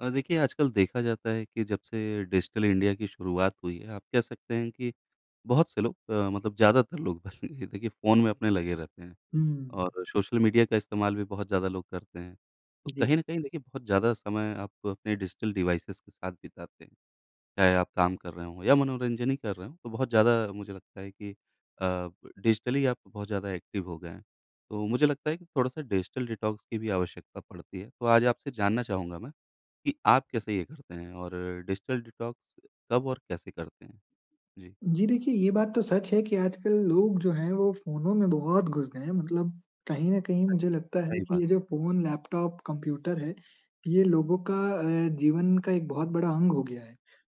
देखिए आजकल देखा जाता है कि जब से डिजिटल इंडिया की शुरुआत हुई है, आप कह सकते हैं कि बहुत से लोग मतलब ज़्यादातर लोग बल्कि देखिए फ़ोन में अपने लगे रहते हैं हुँ, और सोशल मीडिया का इस्तेमाल भी बहुत ज़्यादा लोग करते हैं। तो जी। कहीं न कहीं देखिए बहुत ज़्यादा समय आप अपने डिजिटल डिवाइसेज़ के साथ बिताते हैं, चाहे आप काम कर रहे हों या मनोरंजन ही कर रहे हों, तो बहुत ज़्यादा मुझे लगता है कि अ, डिजिटली आप बहुत ज़्यादा एक्टिव हो गए हैं। तो मुझे लगता है कि थोड़ा-सा डिजिटल डिटॉक्स की भी आवश्यकता पड़ती है। तो आज आपसे जानना चाहूँगा मैं कि आप कैसे ये करते हैं और डिजिटल डिटॉक्स कब और कैसे करते हैं? जी। जी देखिए, ये बात तो सच है कि आजकल लोग जो हैं वो फ़ोनों में बहुत घुस गए हैं मतलब कहीं न कहीं स मुझे लगता है सही कि बात। ये जो फ़ोन, लैपटॉप, कंप्यूटर है, ये लोगों का जीवन का एक बहुत बड़ा अंग हो गया है।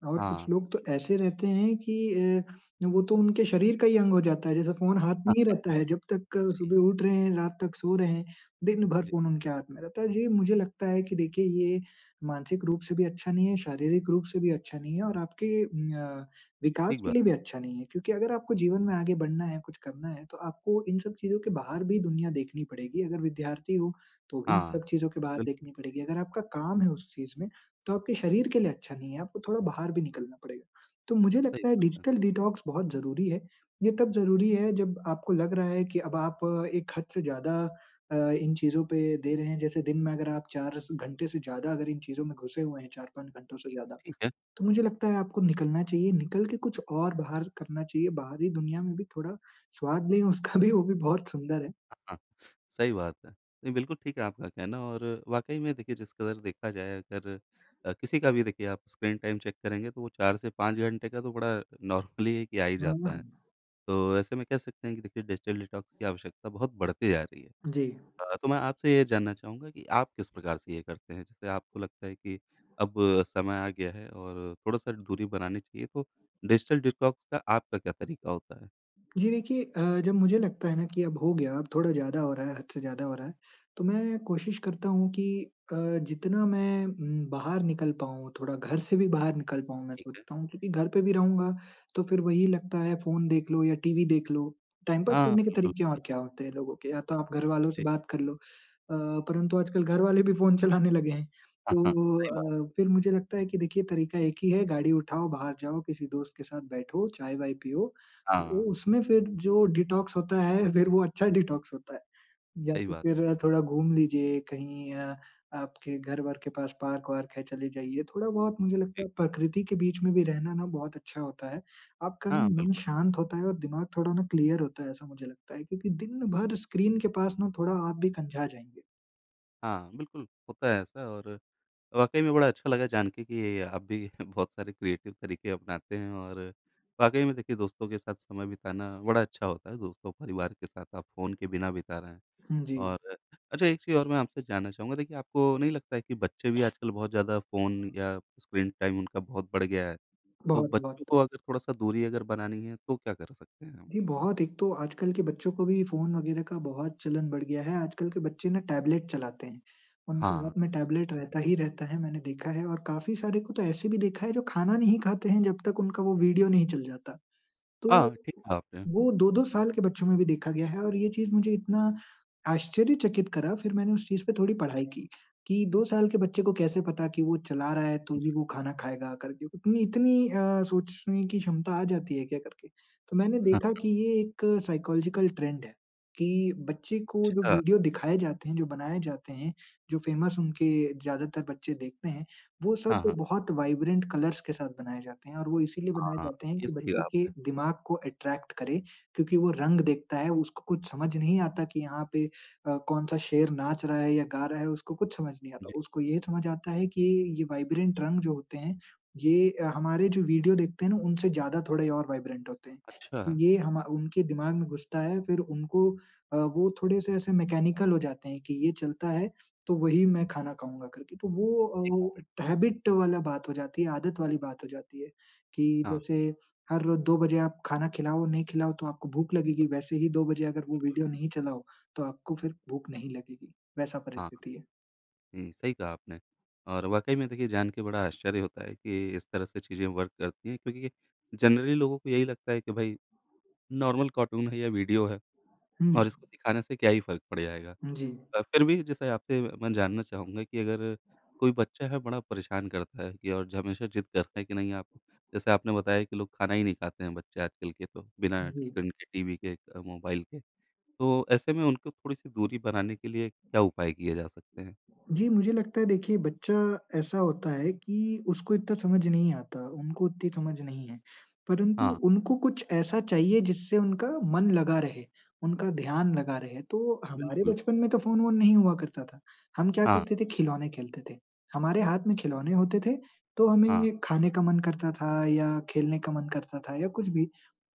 और कुछ हाँ। लोग तो ऐसे रहते हैं कि वो तो उनके शरीर का ही अंग हो जाता है जैसे फ़ोन हाथ में हाँ ही रहता हाँ, है जब तक जी, सुबह उठ रहे हैं, रात तक सो रहे हैं, दिन भर जी, फ़ोन उनके हाथ में रहता है। ये मुझे लगता है कि देखिए ये मानसिक रूप से भी अच्छा नहीं है, शारीरिक रूप से भी अच्छा नहीं है और आपके विकास ठीक के बात। लिए भी अच्छा नहीं है, क्योंकि अगर आपको जीवन में आगे बढ़ना है, कुछ करना है, तो आपको इन सब चीज़ों के बाहर भी दुनिया देखनी पड़ेगी। अगर विद्यार्थी हो, तो भी इन हाँ, सब चीज़ों के बाहर बिल्कुल देखनी पड़ेगी। अगर आपका काम है उस चीज़ में, तो आपके शरीर के लिए अच्छा नहीं है, आपको थोड़ा बाहर भी निकलना पड़ेगा। तो मुझे सही लगता है बात है। डिजिटल डिटॉक्स बहुत ज़रूरी है। ये तब ज़रूरी है जब आपको लग रहा है कि अब आप एक हद से ज़्यादा अ, इन चीज़ों पे दे रहे हैं। जैसे दिन में अगर आप 4 स घंटे से ज़्यादा अगर इन चीज़ों में घुसे हुए हैं, 4-5 घंटों से ठीक ज़्यादा, ठीक है। तो मुझे लगता है आपको निकलना चाहिए, निकल के कुछ और बाहर करना चाहिए, बाहरी दुनिया में भी थोड़ा स्वाद लें उसका भी, वो भी बहुत सुंदर है। हाँ, सही बात है। नहीं, बिल्कुल ठीक है आपका कहना और वाक़ई में देखिए जिस कदर देखा जाए अगर किसी का भी देखिए आप स्क्रीन टाइम चेक करेंगे तो वो 4 से 5 घंटे का तो बड़ा नॉर्मली है कि आ ही हुँ। जाता है। तो ऐसे में कह सकते हैं कि देखिए डिजिटल डिटॉक्स की आवश्यकता बहुत बढ़ती जा रही है। जी। तो मैं आपसे ये जानना चाहूँगा कि आप किस प्रकार से ये करते हैं? जैसे आपको लगता है कि अब समय आ गया है और थोड़ा-सा दूरी बनानी चाहिए, तो डिजिटल डिटॉक्स का आपका क्या तरीका होता है? जी देखिए जब मुझे लगता है ना कि अब हो गया, अब थोड़ा ज़्यादा हो रहा है, हद से ज़्यादा हो रहा है, तो मैं कोशिश करता हूँ कि अ, जितना मैं बाहर निकल पाऊँ, थोड़ा घर से भी बाहर निकल पाऊँ मैं ठीक है। सोचता हूँ क्योंकि घर पे भी रहूँगा तो फिर वही लगता है फ़ोन देख लो या टीवी देख लो। टाइम पास हाँ, करने के बिल्कुल। तरीके और क्या होते हैं लोगों के या तो आप घर वालों से जी। बात कर लो परंतु आजकल घर वाले भी फ़ोन चलाने लगे हैं। हाँ, हाँ, सही तो बात। फिर मुझे लगता है कि देखिए तरीका एक ही है गाड़ी उठाओ, बाहर जाओ, किसी दोस्त के साथ बैठो, चाय-वाय पियो उ हाँ, उसमें फिर जो डिटॉक्स होता है, फिर वो अच्छा डिटॉक्स होता है। या सही तो बात है। फिर थोड़ा घूम लीजिए कहीं आपके घर-वर के पास पार्क-वार्क है, चले जाइए। थोड़ा-बहुत मुझे लगता जी। है प्रकृति के बीच में भी रहना ना बहुत अच्छा होता है। आपका हाँ, न बिल्कुल। मन शांत होता है और दिमाग थोड़ा ना क्लियर होता है, ऐसा मुझे लगता है क्योंकि दिन भर स्क्रीन के पास ना थोड़ा आप भी कंझा जाएँगे। हाँ, बिल्कुल, होता है ऐसा और वाक़ई में बड़ा अच्छा लगा जान के कि आप भी बहुत सारे क्रिएटिव तरीके अपनाते हैं और वाक़ई में देखिए दोस्तों के साथ समय बिताना बड़ा अच्छा होता है, दोस्तों, परिवार के साथ आप फ़ोन के बिना बिता रहे हैं। हुँ, जी। और अच्छा एक चीज़ और मैं आपसे जानना चाहूँगा देखिए आपको नहीं लगता है कि बच्चे भी आजकल बहुत ज़्यादा फ़ोन या स्क्रीन टाइम उनका बहुत बढ़ गया है? तो बच्चों बहुत-बहुत। को अगर थोड़ा-सा दूरी अगर बनानी है तो क्या कर सकते हैं हम? जी, बहुत एक तो आजकल के बच्चों को भी फ़ोन वगैरह का बहुत चलन बढ़ गया है। आजकल के बच्चे ना टैबलेट चलाते हैं, उनके हाँ, हाथ में टैबलेट ठीक रहता है। ही रहता है, मैंने देखा है और काफ़ी सारे को तो ऐसे भी देखा है जो खाना नहीं खाते हैं जब तक उनका वो वीडियो नहीं चल जाता। तो हाँ, ठीक कहा आपने। वो 2-2 साल के बच्चों में भी देखा गया है और ये चीज़ मुझे इतना आश्चर्यचकित करा, फिर मैंने उस चीज़ पे थोड़ी पढ़ाई की, कि 2 साल के बच्चे को कैसे पता कि वो चला रहा है तो ही वो खाना खाएगा करके। उतनी इतनी सोचने की क्षमता आ जाती है क्या करके। तो मैंने देखा कि ये एक साइकोलॉजिकल ट्रेंड है, कि बच्चे को जो अच्छा, वीडियो दिखाए जाते हैं, जो बनाए जाते हैं, जो फेमस उनके ज़्यादातर बच्चे देखते हैं वो सब हाँ, हाँ, बहुत वाइब्रेंट कलर्स के साथ बनाए जाते हैं और वो इसीलिए हाँ, बनाए हाँ, जाते हैं ये कि सही बच्चे कहा के आपने। दिमाग को अट्रैक्ट करे क्योंकि वो रंग देखता है, उसको कुछ समझ नहीं आता कि यहाँ पे कौन-सा शेर नाच रहा है या गा रहा है, उसको कुछ समझ नहीं आता। जी, उसको ये समझ आता है कि ये वाइब्रेंट रंग जो होते हैं, ये हमारे जो वीडियो देखते हैं ना, उनसे ज़्यादा थोड़े और वाइब्रेंट होते हैं। अच्छा, ये हमा उनके दिमाग में घुसता है, फिर उनको वो थोड़े से ऐसे मैकेनिकल हो जाते हैं कि ये चलता है तो वही मैं खाना खाऊँगा करके। तो वो ठीक है। वो हैबिट वाला बात हो जाती है, आदत वाली बात हो जाती है कि हाँ, जैसे हर रोज़ 2 बजे आप खाना खिलाओ, नहीं खिलाओ तो आपको भूख लगेगी, वैसे ही 2 बजे अगर वो वीडियो नहीं चलाओ, तो आपको फिर भूख नहीं लगेगी। वैसा हाँ, परिस्थिति है। जी, सही कहा आपने। और वाक़ई में देखिए जान के बड़ा आश्चर्य होता है कि इस तरह से चीज़ें वर्क करती हैं क्योंकि जनरली लोगों को यही लगता है कि भई नॉर्मल कार्टून है या वीडियो है। हुँ। और इसको दिखाने से क्या ही फ़र्क पड़ जाएगा। जी। फिर भी जैसे आपसे मैं जानना चाहूँगा कि अगर कोई बच्चा है बड़ा परेशान करता है कि और ज हमेशा ज़िद करता है कि नहीं आप जैसे आपने बताया कि लोग खाना ही नहीं खाते हैं बच्चे आजकल के तो, बिना जी। स्क्रीन के, टीवी के मोबाइल के। तो ऐसे में उनको थोड़ी-सी दूरी बनाने के लिए क्या उपाय किए जा सकते हैं? जी, मुझे लगता है देखिए बच्चा ऐसा होता है कि उसको इतना समझ नहीं आता, उनको उतनी समझ नहीं है। परंतु हाँ, उनको कुछ ऐसा चाहिए जिससे उनका मन लगा रहे, उनका ध्यान लगा रहे। तो हमारे बिल्कुल। बचपन में तो फ़ोन-वोन नहीं हुआ करता था। हम क्या हाँ, करते थे खिलौने खेलते थे। हमारे हाथ में खिलौने होते थे तो हमें हाँ, ये खाने का मन करता था या खेलने का मन करता था या कुछ भी।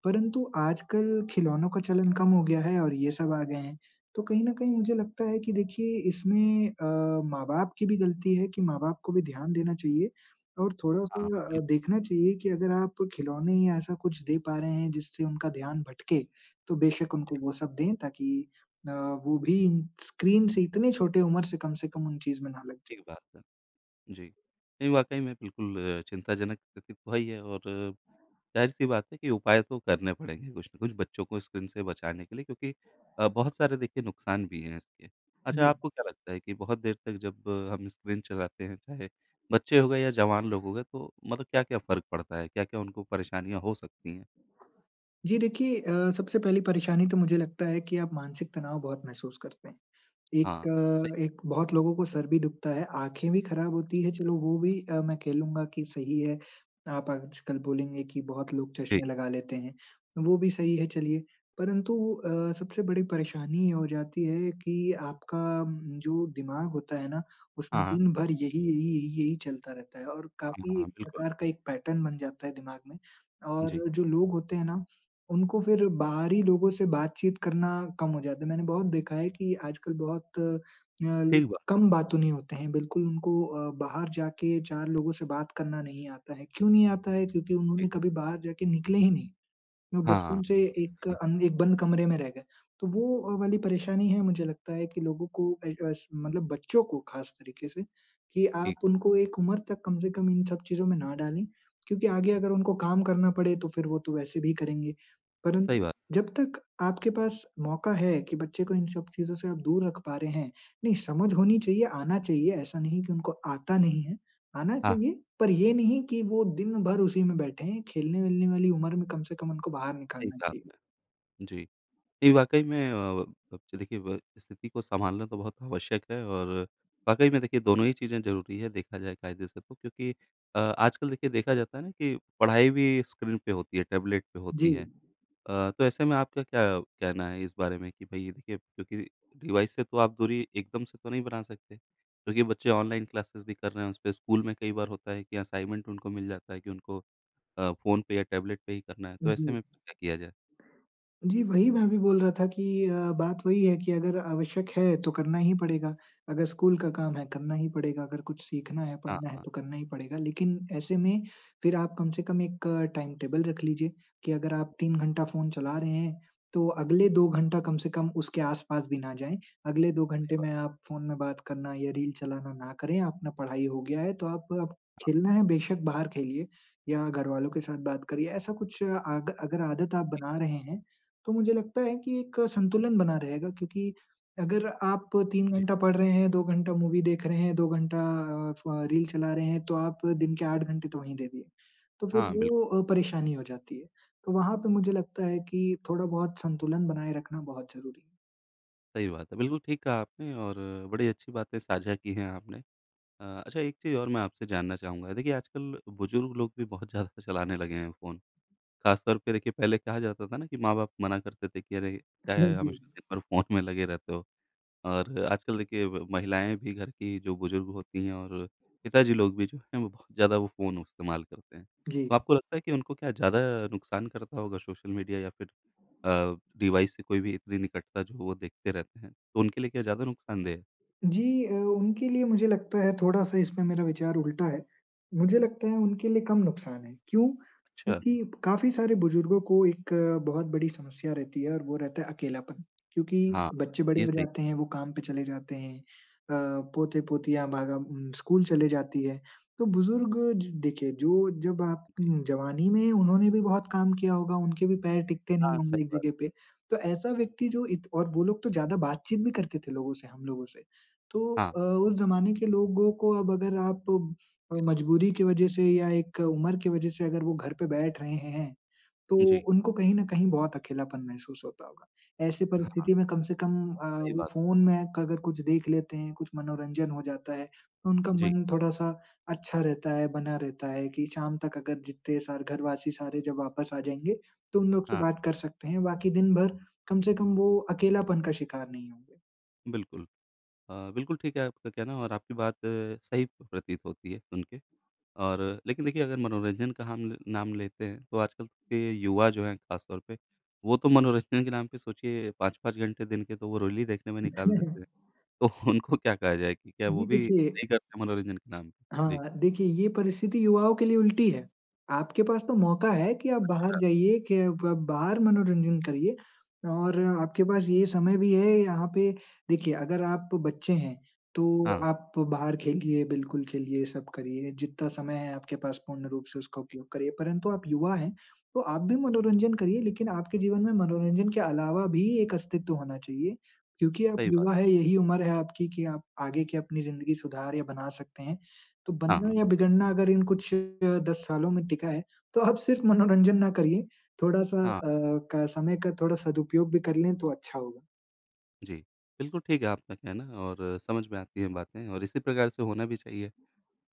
परंतु आजकल खिलौनों का चलन कम हो गया है और ये सब आ गए हैं। तो कहीं न कहीं मुझे लगता है कि देखिए इसमें माँ-बाप की भी गलती है कि माँ-बाप को भी ध्यान देना चाहिए और हाँ, थोड़ा-सा बिल्कुल देखना चाहिए कि अगर आप खिलौने या ऐसा कुछ दे पा रहे हैं जिससे उनका ध्यान भटके, तो बेशक उनको वो सब दें ताकि वो भी स्क्रीन से इतनी छोटे उम्र से कम उन चीज़ में ना लग ठीक जाएँ। बात है। जी। नहीं वाक़ई में बिल्कुल चिंताजनक स्थिति तो है ही है और ज़ाहिर-सी बात है कि उपाय तो करने पड़ेंगे कुछ न कुछ बच्चों को स्क्रीन से बचाने के लिए क्योंकि बहुत सारे देखिए नुकसान भी हैं इसके। जी। अच्छा आपको क्या लगता है कि बहुत देर तक जब हम स्क्रीन चलाते हैं चाहे बच्चे हो गए या जवान लोग हो गए तो मतलब क्या-क्या फ़र्क पड़ता है? क्या-क्या उनको परेशानियाँ हो सकती हैं? जी देखिए सबसे पहली परेशानी तो मुझे लगता है कि आप मानसिक तनाव बहुत महसूस करते हैं। एक हाँ, सही एक बहुत लोगों को सर भी दुखता है, आँखें भी ख़राब होती है, चलो वो भी मैं कह लूँगा कि सही है। आप आजकल बोलेंगे कि बहुत लोग जी। चश्मे लगा लेते हैं, वो भी सही है चलिए। परंतु सबसे बड़ी परेशानी ये हो जाती है कि आपका जो दिमाग होता है ना, उसमें हाँ, हाँ। दिन भर यही चलता रहता है और हाँ, काफ़ी एक हाँ, बिल्कुल। प्रकार का एक पैटर्न बन जाता है दिमाग में। जी, और जो लोग होते हैं ना उनको फिर बाहरी लोगों से बातचीत करना कम हो जाता है। मैंने बहुत देखा है कि आजकल बहुत लोग ठीक बात। कम बातूनी होते हैं। बिल्कुल उनको बाहर जाके 4 लोगों से बात करना नहीं आता है। क्यों नहीं आता है? क्योंकि जी। उन्होंने कभी बाहर जाके निकले ही नहीं। वो हाँ, बचपन से ये सही है। एक बंद कमरे में रह गए। तो वो वाली परेशानी है मुझे लगता है कि लोगों को अ, अस मतलब बच्चों को ख़ास तरीके से कि ठीक आप है, उनको एक उम्र तक कम से कम इन सब चीज़ों में ना डालें, क्योंकि आगे अगर उनको काम करना पड़े तो फिर वो तो वैसे भी करेंगे। सही परंतु बात। जब तक आपके पास मौका है कि बच्चे को इन सब चीज़ों से आप दूर रख पा रहे हैं, नहीं समझ होनी चाहिए, आना चाहिए, ऐसा नहीं कि उनको आता नहीं है। आना हाँ, चाहिए, पर ये नहीं कि वो दिन भर उसी में बैठे हैं, खेलने-वेलने वाली उम्र में कम से कम उनको बाहर सही निकालना कहा चाहिए। आपने। जी। नहीं, वाक़ई में अब देखिए ब स्थिति को सँभालना तो बहुत आवश्यक है और वाक़ई में देखिए दोनों ही चीज़ें ज़रूरी है, देखा जाए कायदे से तो क्योंकि आजकल देखिए देखा जाता है ना कि पढ़ाई भी स्क्रीन पे होती है, टैबलेट पे जी, होती है। तो ऐसे में आपका क्या कहना है इस बारे में कि भई देखिए क्योंकि डिवाइस से तो आप दूरी एकदम से तो नहीं बना सकते, क्योंकि बच्चे ऑनलाइन क्लासेस भी कर रहे हैं, उस पे स्कूल में कई बार होता है कि असाइनमेंट उनको मिल जाता है कि उनको फ़ोन पे या टैबलेट पे ही करना है, तो ऐसे जी। में फिर क्या किया जाए? जी, वही मैं भी बोल रहा था कि बात वही है कि अगर आवश्यक है तो करना ही पड़ेगा। अगर स्कूल का काम है करना ही पड़ेगा, अगर कुछ सीखना है, हाँ, पढ़ना है हाँ, तो करना ही पड़ेगा। लेकिन ऐसे में फिर आप कम से कम एक टाइम टेबल रख लीजिए कि अगर आप 3 घंटा फ़ोन चला रहे हैं तो अगले 2 घंटा कम से कम उसके आस-पास भी ना जाएँ। अगले 2 सही घंटे बात, में आप फ़ोन में बात करना या रील चलाना ना करें। अपना पढ़ाई हो गया है तो आप खेलना है बेशक बाहर खेलिए या घरवालों के साथ बात करिए। ऐसा कुछ आग अगर आदत आप ठीक बना बात। रहे हैं तो मुझे लगता है कि एक संतुलन बना रहेगा क्योंकि अगर आप 3 जी, घंटा पढ़ रहे हैं, 2 घंटा मूवी देख रहे हैं, 2 घंटा अ, फ रील चला रहे हैं, तो आप दिन के 8 घंटे तो वहीं दे दिए। तो फिर हाँ, बिल्कुल। वो परेशानी हो जाती है। तो वहाँ पे मुझे लगता है कि थोड़ा-बहुत संतुलन बनाए रखना बहुत ज़रूरी है। सही बात है। बिल्कुल ठीक कहा आपने और बड़ी अच्छी बातें साझा की हैं आपने। अच्छा एक चीज़ और मैं आपसे जानना चाहूँगा। देखिए आजकल बुज़ुर्ग लोग भी बहुत ज़्यादा चलाने लगे हैं फ़ोन। ख़ास तौर पे देखिए पहले कहा जाता था ना कि माँ-बाप मना करते थे कि अरे! क्या जी, है जी। हमेशा दिन भर फ़ोन में लगे रहते हो। और आजकल देखिए ब महिलाएँ भी घर की जो बुज़ुर्ग होती हैं और पिताजी लोग भी जो हैं वो बहुत ज़्यादा वो फ़ोन इस्तेमाल करते हैं। जी। तो आपको लगता है कि उनको क्या ज़्यादा नुकसान करता होगा सोशल मीडिया या फिर डिवाइस से कोई भी इतनी निकटता जो वो देखते रहते हैं, तो उनके लिए क्या ज़्यादा नुकसानदेह है। जी उनके लिए मुझे लगता है थोड़ा-सा इसमें मेरा विचार उल्टा है। मुझे लगता है उनके लिए कम नुकसान है। क्यों? अच्छा, क्योंकि काफ़ी सारे बुजुर्गों को एक बहुत बड़ी समस्या रहती है और वो रहता है अकेलापन। क्योंकि हाँ, बच्चे बड़े ये हो सही जाते हैं, वो काम पे चले जाते हैं। पोते-पोतियाँ स्कूल चले जाती है। तो बुजुर्ग ज देखिए जो जब आप जी, जवानी में उन्होंने भी बहुत काम किया होगा, उनके भी पैर टिकते नहीं हाँ, होंगे सही एक बात। जगह पे। तो ऐसा व्यक्ति जो इत और वो लोग तो ज़्यादा बातचीत भी करते थे लोगों से, हम लोगों से। तो हाँ, उस ज़माने के लोगों को अब अगर आप मजबूरी की वजह से या एक उम्र की वजह से अगर वो घर पे बैठ रहे हैं, तो जी, उनको कहीं न कहीं बहुत अकेलापन महसूस होता होगा। ऐसी हाँ, परिस्थिति में कम से कम सही वो बात। फ़ोन में क अगर कुछ देख लेते हैं, कुछ मनोरंजन हो जाता है, तो उनका जी, मन थोड़ा-सा अच्छा रहता है, बना रहता है कि शाम तक अगर जितने सारे घरवासी सारे जब वापस आ जाएँगे, तो उन लोग से हाँ, बात कर सकते हैं। बाकी दिन भर कम से कम वो अकेलापन का शिकार नहीं होंगे। बिल्कुल। बिल्कुल ठीक है आपका कहना और आपकी बात सही प्रतीत होती है सुन के और लेकिन देखिए अगर मनोरंजन का हम ल नाम लेते हैं, तो आजकल के युवा जो हैं ख़ास तौर पे, वो तो मनोरंजन के नाम पे सोचिए 5-5 घंटे दिन के तो वो रील ही देखने में निकाल देते हैं। तो उनको क्या कहा जाए कि क्या वो जी, भी देखिए सही करते हैं मनोरंजन के नाम पे? जी। हाँ, देखिए ये परिस्थिति युवाओं के लिए उल्टी है। आपके पास तो मौका है कि आप बाहर अच्छा, जाइए, कि ब बाहर मनोरंजन करिए और आपके पास ये समय भी है यहाँ पे देखिए अगर आप बच्चे हैं, तो हाँ, आप बाहर खेलिए, बिल्कुल खेलिए, सब करिए, जितना समय है आपके पास पूर्ण रूप से उसका जी, उपयोग करिए। परंतु आप युवा हैं, तो आप भी मनोरंजन करिए लेकिन आपके जीवन में मनोरंजन के अलावा भी एक अस्तित्व होना चाहिए। क्योंकि आप सही बात। युवा हैं, यही उम्र है आपकी कि आप आगे की अपनी ज़िंदगी सुधार या बना सकते हैं। तो हाँ, बनना हाँ, या बिगड़ना अगर इन कुछ 10 सालों में टिका है, तो आप सिर्फ मनोरंजन ना करिए, थोड़ा-सा हाँ, का समय का थोड़ा सदुपयोग भी कर लें तो अच्छा होगा। जी। बिल्कुल ठीक है आपका कहना और समझ में आती हैं बातें और इसी प्रकार से होना भी चाहिए।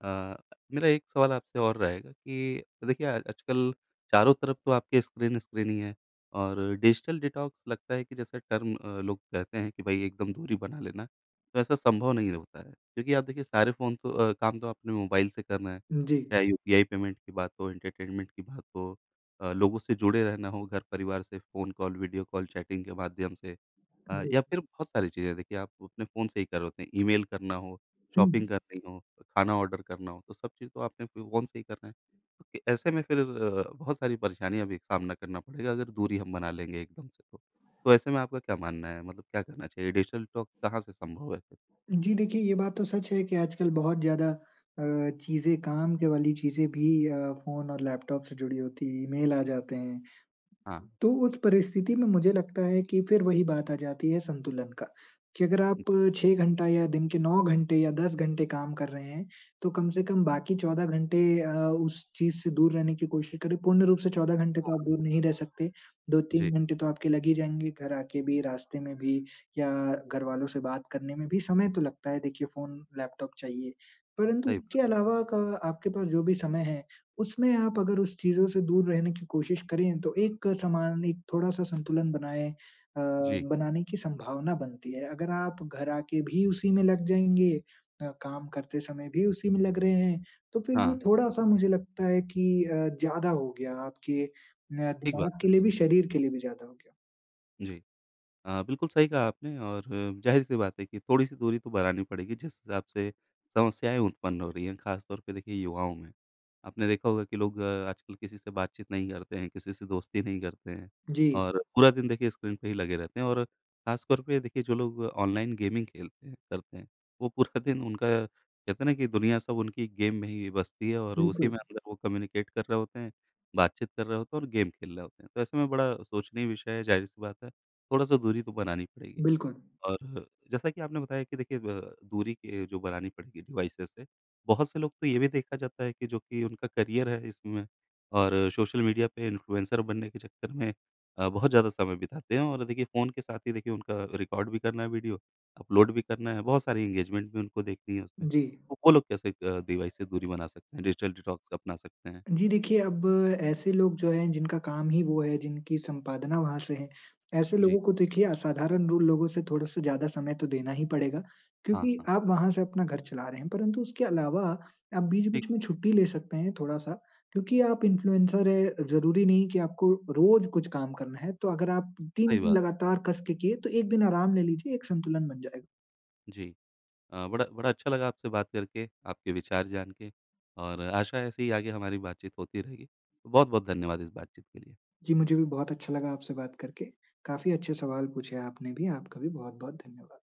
अ, मेरा एक सवाल आपसे और रहेगा कि देखिए आजकल चारों तरफ तो आपके स्क्रीन स्क्रीन ही है और डिजिटल डिटॉक्स लगता है कि जैसे टर्म लोग कहते हैं कि भाई एकदम दूरी बना लेना तो ऐसा संभव नहीं होता है क्योंकि आप देखिए सारे फ़ोन तो काम तो अपने मोबाइल से करना है जी, चाहे यूपीआई पेमेंट की बात हो एंटरटेनमेंट की बात हो लोगों से जुड़े रहना हो घर परिवार से phone call video call chatting के माध्यम से जी। या फिर बहुत सारी चीज़ें देखिए आप अपने फ़ोन से ही कर होते हैं ईमेल करना हो शॉपिंग हुँ। कर रही हों, खाना ऑर्डर करना हो, तो सब चीज़ तो आपने फ़ि फ़ोन से ही करना है। तो कि ऐसे में फिर बहुत सारी परेशानियाँ भी सामना करना पड़ेगा अगर दूरी हम बना लेंगे एकदम से तो। तो ऐसे में आपका क्या मानना है? मतलब क्या करना चाहिए? डिजिटल डिटॉक्स कहाँ से संभव है फिर? जी, देखिए ये बात तो सच है कि आजकल बहुत ज़्यादा अ, चीज़ें काम के वाली चीज़ें भी फ़ोन और लैपटॉप से जुड़ी होती हैं, ईमेल आ जाते हैं हाँ। तो उस परिस्थिति में मुझे लगता है कि फिर वही बात आ जाती है संतुलन का, कि अगर आप 6 घंटा या दिन के 9 घंटे या 10 घंटे काम कर रहे हैं, तो कम से कम बाकी 14 घंटे उस चीज़ से दूर रहने की कोशिश करें। पूर्ण रूप से 14 घंटे तो आप हाँ, दूर नहीं रह सकते, 2-3 जी, घंटे तो आपके लग ही जाएँगे, घर आके भी, रास्ते में भी या घरवालों से बात करने में भी समय तो लगता है देखिए फ़ोन, लैपटॉप चाहिए। परंतु सही उसके बात। अलावा का आपके पास जो भी समय है उसमें आप अगर उस चीज़ों से दूर रहने की कोशिश करें, तो एक समान एक थोड़ा-सा संतुलन बनाएँ अ, जी, बनाने की संभावना बनती है। अगर आप घर आके भी उसी में लग जाएँगे काम करते समय भी उसी में लग रहे हैं, तो फिर हाँ, ये हाँ, थोड़ा-सा मुझे लगता है कि ज़्यादा हो गया आपके ठीक दिमाग बात के है। लिए भी, शरीर के लिए भी ज़्यादा हो गया। जी। हाँ, बिल्कुल सही कहा आपने और ज़ाहिर-सी बात है कि थोड़ी-सी दूरी तो बनानी पड़ेगी जिस हिसाब से समस्याएँ उत्पन्न हो रही हैं, ख़ास तौर पे देखिए युवाओं में। आपने देखा होगा कि लोग आजकल किसी से बातचीत नहीं करते हैं, किसी से दोस्ती नहीं करते हैं जी, और पूरा दिन देखिए स्क्रीन पे ही लगे रहते हैं और ख़ासतौर पे देखिए जो लोग ऑनलाइन गेमिंग खेलते हैं करते हैं, वो पूरा दिन उनका कहते हैं ना कि दुनिया सब उनकी गेम में ही बसती है और उसी बिल्कुल, में अंदर वो कम्युनिकेट कर रहे होते हैं, बातचीत कर रहे होते हैं और गेम खेल रहे होते हैं। तो ऐसे में बड़ा सोचनीय विषय है, ज़ाहिर-सी बात है थोड़ा-सा दूरी तो बनानी पड़ेगी। बिल्कुल। और जैसा कि आपने बताया कि देखिए ब दूरी के जो बनानी पड़ेगी डिवाइसेज़ से, बहुत से लोग तो ये भी देखा जाता है कि जो कि उनका करियर है इसमें और सोशल मीडिया पे इन्फ्लुएंसर बनने के चक्कर में बहुत ज़्यादा समय बिताते हैं और देखिए फ़ोन के साथ ही देखिए उनका रिकॉर्ड भी करना है वीडियो, अपलोड भी करना है, बहुत सारी एंगेजमेंट भी उनको देखनी है उसमें। जी। तो वो लोग कैसे डिवाइस से दूरी बना सकते हैं, डिजिटल डिटॉक्स अपना सकते हैं? जी देखिए, अब ऐसे लोग जो हैं जिनका काम ही वो है, जिनकी संपादना वहाँ से है, ऐसे जी। लोगों को देखिए असाधारण रो लोगों से थोड़ा-सा ज़्यादा समय तो देना ही पड़ेगा हाँ, क्योंकि हाँ। आप वहाँ से अपना घर चला रहे हैं। परंतु उसके अलावा आप ठीक बीच-बीच में बात, छुट्टी ले सकते हैं थोड़ा-सा क्योंकि आप इन्फ्लुएंसर हैं, ज़रूरी नहीं कि आपको रोज़ कुछ काम करना है। तो अगर आप 3 सही दिन बात। लगातार कस के किए तो 1 दिन आराम ले लीजिए, एक संतुलन बन जाएगा। जी। बड़ा बड़ा अच्छा लगा आपसे बात करके, आपके विचार जान के और आशा है ऐसे ही आगे हमारी बातचीत होती रहेगी। बहुत-बहुत धन्यवाद इस बातचीत के लिए। जी, मुझे भी बहुत अच्छा लगा आपसे बात करके। काफ़ी अच्छे सवाल पूछे आपने भी। आपका भी बहुत-बहुत धन्यवाद।